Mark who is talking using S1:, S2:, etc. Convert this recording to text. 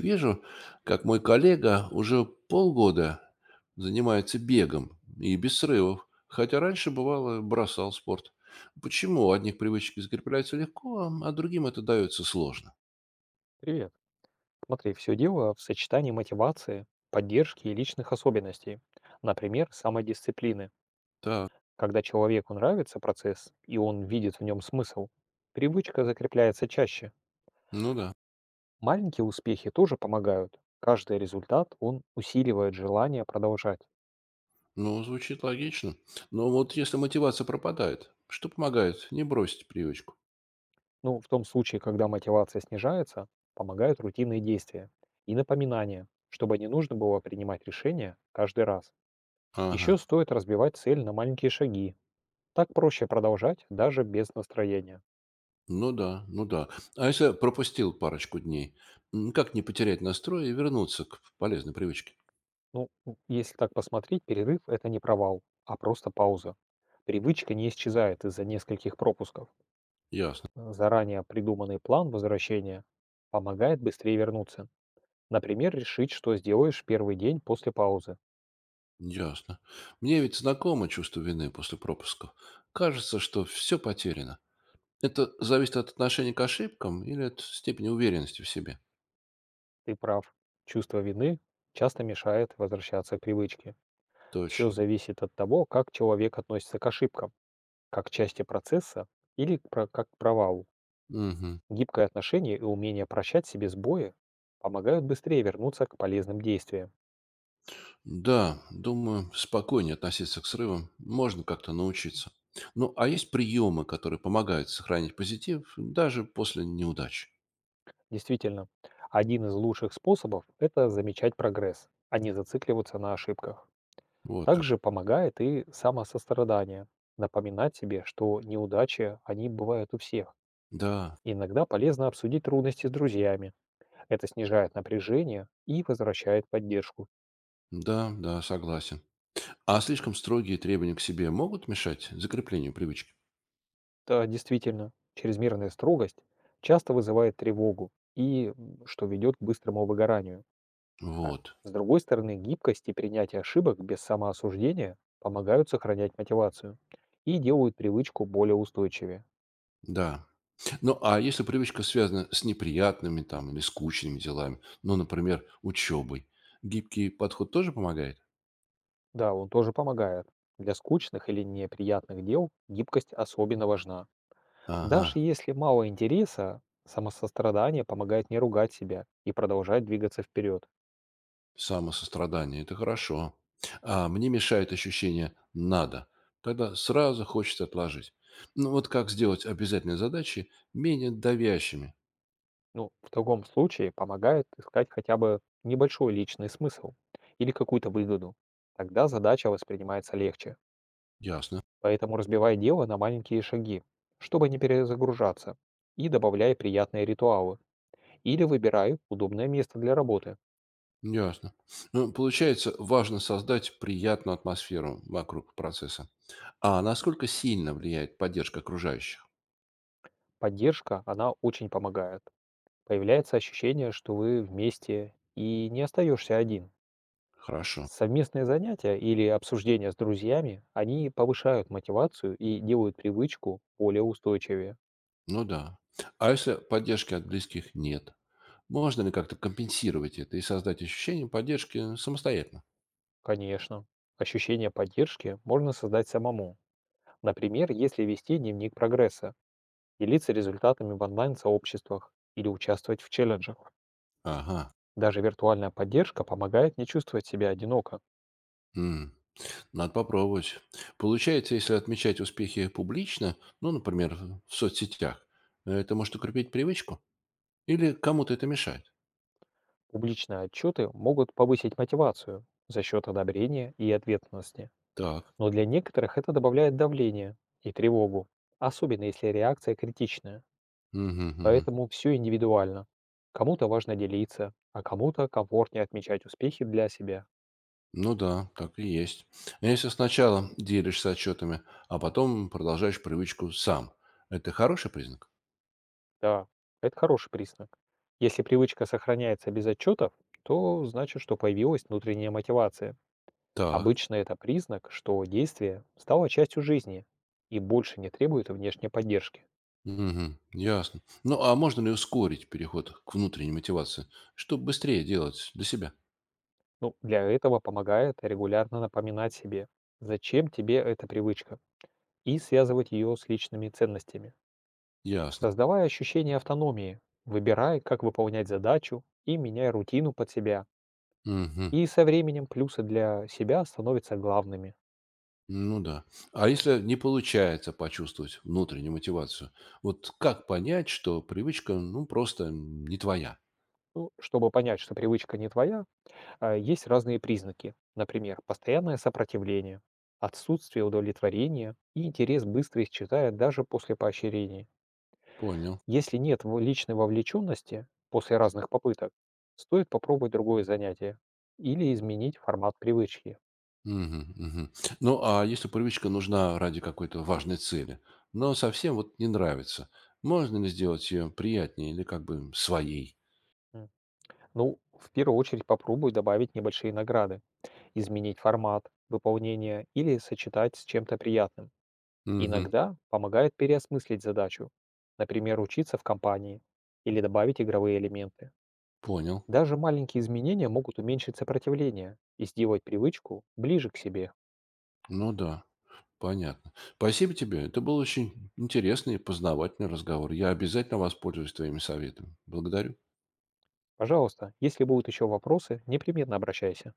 S1: Вижу, как мой коллега уже полгода занимается бегом и без срывов, хотя раньше, бывало, бросал спорт. Почему у одних привычки закрепляются легко, а другим это дается сложно?
S2: Привет. Смотри, все дело в сочетании мотивации, поддержки и личных особенностей. Например, самодисциплины.
S1: Так,
S2: Когда человеку нравится процесс, и он видит в нем смысл, привычка закрепляется чаще.
S1: ну да.
S2: Маленькие успехи тоже помогают. Каждый результат, он усиливает желание продолжать.
S1: Ну, звучит логично. Но вот если мотивация пропадает, что помогает не бросить привычку?
S2: Ну, в том случае, когда мотивация снижается, помогают рутинные действия и напоминания, чтобы не нужно было принимать решения каждый раз.
S1: Ага.
S2: Еще стоит разбивать цель на маленькие шаги, так проще продолжать даже без настроения.
S1: Ну да, ну да. А если пропустил парочку дней, как не потерять настрой и вернуться к полезной привычке?
S2: Если так посмотреть, перерыв – это не провал, а просто пауза. Привычка не исчезает из-за нескольких пропусков.
S1: Ясно.
S2: Заранее придуманный план возвращения помогает быстрее вернуться. Например, решить, что сделаешь в первый день после паузы.
S1: Ясно. Мне ведь знакомо чувство вины после пропуска. Кажется, что все потеряно. Это зависит от отношения к ошибкам или от степени уверенности в себе?
S2: Ты прав. Чувство вины часто мешает возвращаться к привычке. Все
S1: Точно.
S2: зависит от того, как человек относится к ошибкам, как к части процесса или как к провалу.
S1: Мгм.
S2: Гибкое отношение и умение прощать себе сбои помогают быстрее вернуться к полезным действиям.
S1: Да, думаю, спокойнее относиться к срывам. Можно как-то научиться. Ну, а есть приемы, которые помогают сохранить позитив даже после неудач?
S2: Действительно, один из лучших способов – это замечать прогресс, а не зацикливаться на ошибках.
S1: Вот
S2: Также
S1: как.
S2: помогает и самосострадание, напоминать себе, что неудачи, они бывают у всех.
S1: Да,
S2: Иногда полезно обсудить трудности с друзьями. Это снижает напряжение и возвращает поддержку.
S1: да, да, согласен. А слишком строгие требования к себе могут мешать закреплению привычки?
S2: Да, действительно, чрезмерная строгость часто вызывает тревогу и что ведет к быстрому выгоранию. А
S1: Вот.
S2: с другой стороны, гибкость и принятие ошибок без самоосуждения помогают сохранять мотивацию и делают привычку более устойчивее.
S1: Да. Ну, а если привычка связана с неприятными там или скучными делами, ну, например, учебой, гибкий подход тоже помогает?
S2: Да, он тоже помогает. Для скучных или неприятных дел гибкость особенно важна.
S1: Ага,
S2: Даже если мало интереса, самосострадание помогает не ругать себя и продолжать двигаться вперед.
S1: самосострадание– это хорошо. А мне мешает ощущение «надо». Тогда сразу хочется отложить. Ну, вот как сделать обязательные задачи менее давящими?
S2: Ну, в таком случае помогает искать хотя бы небольшой личный смысл или какую-то выгоду. Тогда задача воспринимается легче.
S1: Ясно.
S2: Поэтому разбивай дело на маленькие шаги, чтобы не перезагружаться, и добавляй приятные ритуалы. Или выбирай удобное место для работы.
S1: Ясно. Ну, получается, важно создать приятную атмосферу вокруг процесса. А насколько сильно влияет поддержка окружающих?
S2: Поддержка, она очень помогает. Появляется ощущение, что вы вместе и не остаешься один.
S1: Хорошо.
S2: Совместные занятия или обсуждения с друзьями, они повышают мотивацию и делают привычку более устойчивее.
S1: Ну да. А если поддержки от близких нет? Можно ли как-то компенсировать это и создать ощущение поддержки самостоятельно?
S2: Конечно, ощущение поддержки можно создать самому. Например, если вести дневник прогресса, делиться результатами в онлайн-сообществах или участвовать в челленджах.
S1: Ага.
S2: Даже виртуальная поддержка помогает не чувствовать себя одиноко.
S1: М, Надо попробовать. Получается, если отмечать успехи публично, ну, например, в соцсетях, это может укрепить привычку? Или кому-то это мешает?
S2: Публичные отчеты могут повысить мотивацию за счет одобрения и ответственности.
S1: Так.
S2: Но для некоторых это добавляет давление и тревогу, особенно если реакция критичная.
S1: Мгм, мгм.
S2: Поэтому все индивидуально. Кому-то важно делиться, а кому-то комфортнее отмечать успехи для себя.
S1: Ну да, так и есть. А если сначала делишься отчетами, а потом продолжаешь привычку сам, это хороший признак?
S2: Да, это хороший признак. Если привычка сохраняется без отчетов, то значит, что появилась внутренняя мотивация.
S1: Так.
S2: Обычно это признак, что действие стало частью жизни и больше не требует внешней поддержки.
S1: Мгм. Ясно. Ну, а можно ли ускорить переход к внутренней мотивации, чтобы быстрее делать для себя?
S2: Ну, для этого помогает регулярно напоминать себе, зачем тебе эта привычка, и связывать ее с личными ценностями.
S1: Ясно.
S2: Создавая ощущение автономии, выбирай, как выполнять задачу и меняй рутину под себя.
S1: Мгм.
S2: И со временем плюсы для себя становятся главными.
S1: Ну да. А если не получается почувствовать внутреннюю мотивацию, вот как понять, что привычка, ну, просто не твоя?
S2: Ну, чтобы понять, что привычка не твоя, есть разные признаки. Например, постоянное сопротивление, отсутствие удовлетворения и интерес быстро исчезает даже после поощрения.
S1: Понял.
S2: Если нет личной вовлеченности после разных попыток, стоит попробовать другое занятие или изменить формат привычки.
S1: Мгм. Мгм. Ну, а если привычка нужна ради какой-то важной цели, но совсем вот не нравится, можно ли сделать ее приятнее или как бы своей?
S2: М. Ну, в первую очередь попробуй добавить небольшие награды, изменить формат выполнения или сочетать с чем-то приятным.
S1: Мгм.
S2: Иногда помогает переосмыслить задачу, например, учиться в компании или добавить игровые элементы.
S1: Понял.
S2: Даже маленькие изменения могут уменьшить сопротивление и сделать привычку ближе к себе.
S1: Ну да, понятно. Спасибо тебе. Это был очень интересный и познавательный разговор. Я обязательно воспользуюсь твоими советами. Благодарю.
S2: Пожалуйста, если будут еще вопросы, непременно обращайся.